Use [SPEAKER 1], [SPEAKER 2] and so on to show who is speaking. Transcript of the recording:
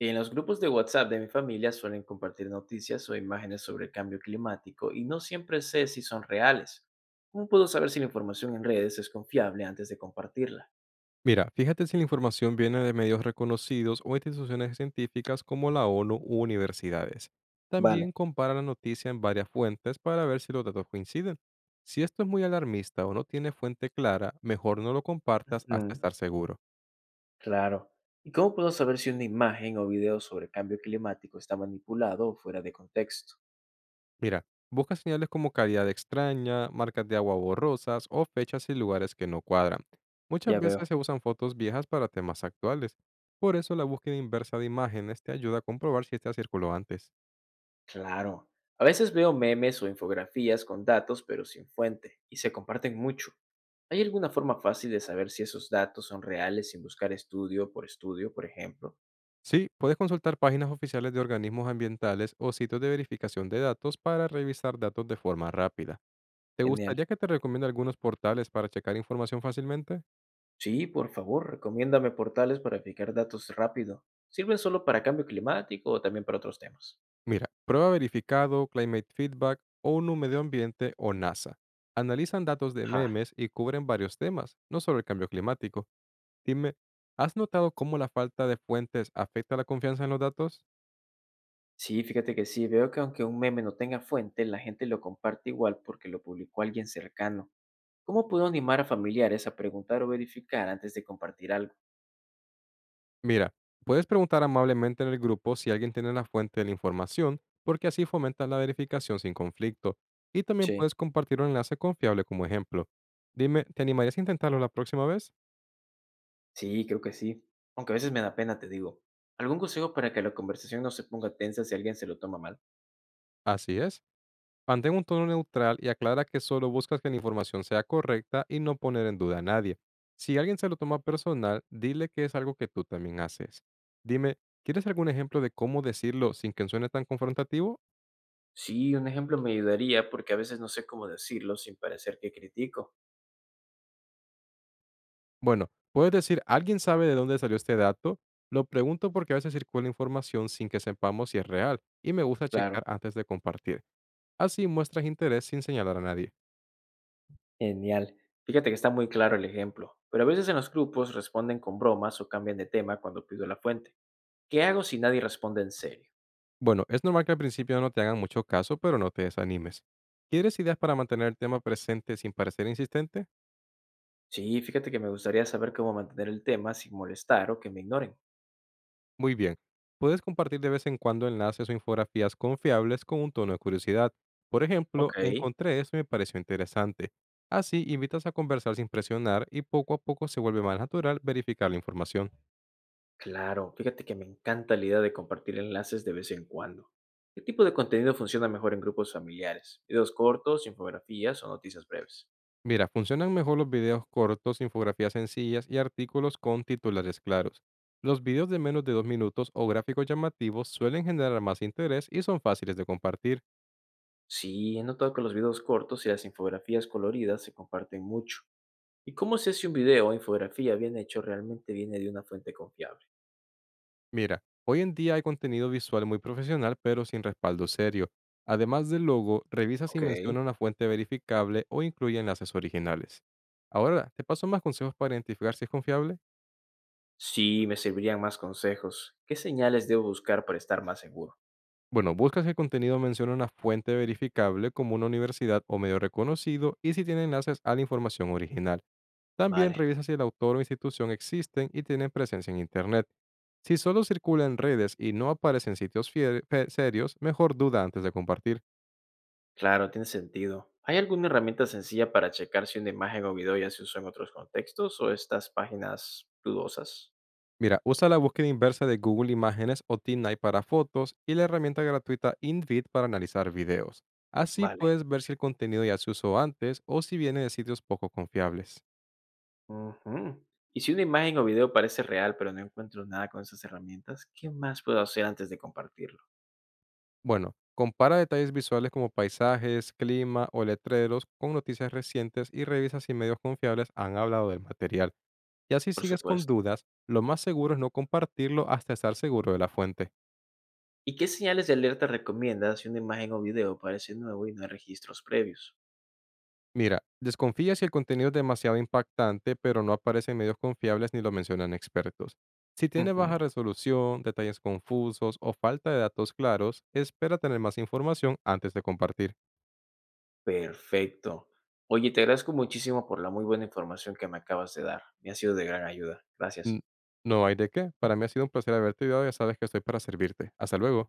[SPEAKER 1] En los grupos de WhatsApp de mi familia suelen compartir noticias o imágenes sobre el cambio climático y no siempre sé si son reales. ¿Cómo puedo saber si la información en redes es confiable antes de compartirla?
[SPEAKER 2] Mira, fíjate si la información viene de medios reconocidos o instituciones científicas como la ONU u universidades.
[SPEAKER 1] Vale.
[SPEAKER 2] También compara la noticia en varias fuentes para ver si los datos coinciden. Si esto es muy alarmista o no tiene fuente clara, mejor no lo compartas hasta
[SPEAKER 1] Mm,
[SPEAKER 2] estar seguro.
[SPEAKER 1] claro. ¿Y cómo puedo saber si una imagen o video sobre cambio climático está manipulado o fuera de contexto?
[SPEAKER 2] Mira, busca señales como calidad extraña, marcas de agua borrosas o fechas y lugares que no cuadran. Muchas
[SPEAKER 1] Ya
[SPEAKER 2] veces
[SPEAKER 1] veo.
[SPEAKER 2] se usan fotos viejas para temas actuales. Por eso la búsqueda inversa de imágenes te ayuda a comprobar si este circuló antes.
[SPEAKER 1] Claro. A veces veo memes o infografías con datos pero sin fuente y se comparten mucho. ¿Hay alguna forma fácil de saber si esos datos son reales sin buscar estudio por estudio, por ejemplo?
[SPEAKER 2] Sí, puedes consultar páginas oficiales de organismos ambientales o sitios de verificación de datos para revisar datos de forma rápida. ¿Te
[SPEAKER 1] Genial.
[SPEAKER 2] gustaría que te recomiende algunos portales para checar información fácilmente?
[SPEAKER 1] Sí, por favor, recomiéndame portales para fijar datos rápido. ¿Sirven solo para cambio climático o también para otros temas?
[SPEAKER 2] Mira, Prueba Verificado, Climate Feedback, ONU Medio Ambiente o NASA. Analizan datos de
[SPEAKER 1] Ah,
[SPEAKER 2] memes y cubren varios temas, no solo el cambio climático. Dime, ¿has notado cómo la falta de fuentes afecta la confianza en los datos?
[SPEAKER 1] sí, fíjate que sí, veo que aunque un meme no tenga fuente, la gente lo comparte igual porque lo publicó alguien cercano. ¿Cómo puedo animar a familiares a preguntar o verificar antes de compartir algo?
[SPEAKER 2] Mira, puedes preguntar amablemente en el grupo si alguien tiene la fuente de la información, porque así fomentas la verificación sin conflicto. Y también
[SPEAKER 1] Sí,
[SPEAKER 2] puedes compartir un enlace confiable como ejemplo. Dime, ¿te animarías a intentarlo la próxima vez?
[SPEAKER 1] sí, creo que sí. Aunque a veces me da pena, te digo. ¿Algún consejo para que la conversación no se ponga tensa si alguien se lo toma mal?
[SPEAKER 2] Así es. Mantén un tono neutral y aclara que solo buscas que la información sea correcta y no poner en duda a nadie. Si alguien se lo toma personal, dile que es algo que tú también haces. Dime, ¿quieres algún ejemplo de cómo decirlo sin que suene tan confrontativo?
[SPEAKER 1] Sí, un ejemplo me ayudaría porque a veces no sé cómo decirlo sin parecer que critico.
[SPEAKER 2] Bueno, puedes decir, ¿alguien sabe de dónde salió este dato? Lo pregunto porque a veces circula información sin que sepamos si es real y me gusta
[SPEAKER 1] Claro.
[SPEAKER 2] checar antes de compartir. Así muestras interés sin señalar a nadie.
[SPEAKER 1] Genial. Fíjate que está muy claro el ejemplo, pero a veces en los grupos responden con bromas o cambian de tema cuando pido la fuente. ¿Qué hago si nadie responde en serio?
[SPEAKER 2] Bueno, es normal que al principio no te hagan mucho caso, pero no te desanimes. ¿Quieres ideas para mantener el tema presente sin parecer insistente?
[SPEAKER 1] Sí, fíjate que me gustaría saber cómo mantener el tema sin molestar o que me ignoren.
[SPEAKER 2] Muy bien. Puedes compartir de vez en cuando enlaces o infografías confiables con un tono de curiosidad. Por ejemplo,
[SPEAKER 1] Ok,
[SPEAKER 2] encontré esto y me pareció interesante. Así invitas a conversar sin presionar y poco a poco se vuelve más natural verificar la información.
[SPEAKER 1] claro, fíjate que me encanta la idea de compartir enlaces de vez en cuando. ¿Qué tipo de contenido funciona mejor en grupos familiares? ¿Videos cortos, infografías o noticias breves?
[SPEAKER 2] Mira, funcionan mejor los videos cortos, infografías sencillas y artículos con titulares claros. Los videos de menos de 2 minutos o gráficos llamativos suelen generar más interés y son fáciles de compartir.
[SPEAKER 1] Sí, he notado que los videos cortos y las infografías coloridas se comparten mucho. ¿Y cómo sé si un video o infografía bien hecho realmente viene de una fuente confiable?
[SPEAKER 2] Mira, hoy en día hay contenido visual muy profesional, pero sin respaldo serio. Además del logo, revisa si
[SPEAKER 1] Ok.
[SPEAKER 2] menciona una fuente verificable o incluye enlaces originales. Ahora, ¿te paso más consejos para identificar si es confiable?
[SPEAKER 1] Sí, me servirían más consejos. ¿Qué señales debo buscar para estar más seguro?
[SPEAKER 2] Bueno, busca si el contenido menciona una fuente verificable como una universidad o medio reconocido y si tiene enlaces a la información original. También
[SPEAKER 1] Vale,
[SPEAKER 2] revisa si el autor o institución existen y tienen presencia en Internet. Si solo circula en redes y no aparece en sitios serios, mejor duda antes de compartir.
[SPEAKER 1] claro, tiene sentido. ¿Hay alguna herramienta sencilla para checar si una imagen o video ya se usó en otros contextos o estas páginas dudosas?
[SPEAKER 2] Mira, usa la búsqueda inversa de Google Imágenes o TeamNight para fotos y la herramienta gratuita InVid para analizar videos. Así
[SPEAKER 1] Vale.
[SPEAKER 2] puedes ver si el contenido ya se usó antes o si viene de sitios poco confiables.
[SPEAKER 1] Ujú. Y si una imagen o video parece real pero no encuentro nada con esas herramientas, ¿qué más puedo hacer antes de compartirlo?
[SPEAKER 2] Bueno, compara detalles visuales como paisajes, clima o letreros con noticias recientes y revisa si medios confiables han hablado del material. Y así
[SPEAKER 1] Por
[SPEAKER 2] sigues con
[SPEAKER 1] supuesto.
[SPEAKER 2] dudas, lo más seguro es no compartirlo hasta estar seguro de la fuente.
[SPEAKER 1] ¿Y qué señales de alerta recomiendas si una imagen o video parece nuevo y no hay registros previos?
[SPEAKER 2] Mira, desconfía si el contenido es demasiado impactante, pero no aparece en medios confiables ni lo mencionan expertos. Si tiene
[SPEAKER 1] Ujú.
[SPEAKER 2] baja resolución, detalles confusos o falta de datos claros, espera tener más información antes de compartir.
[SPEAKER 1] Perfecto. Oye, te agradezco muchísimo por la muy buena información que me acabas de dar. Me ha sido de gran ayuda.
[SPEAKER 2] N-
[SPEAKER 1] Gracias.
[SPEAKER 2] No hay de qué. Para mí ha sido un placer haberte ayudado y ya sabes que estoy para servirte. Hasta luego.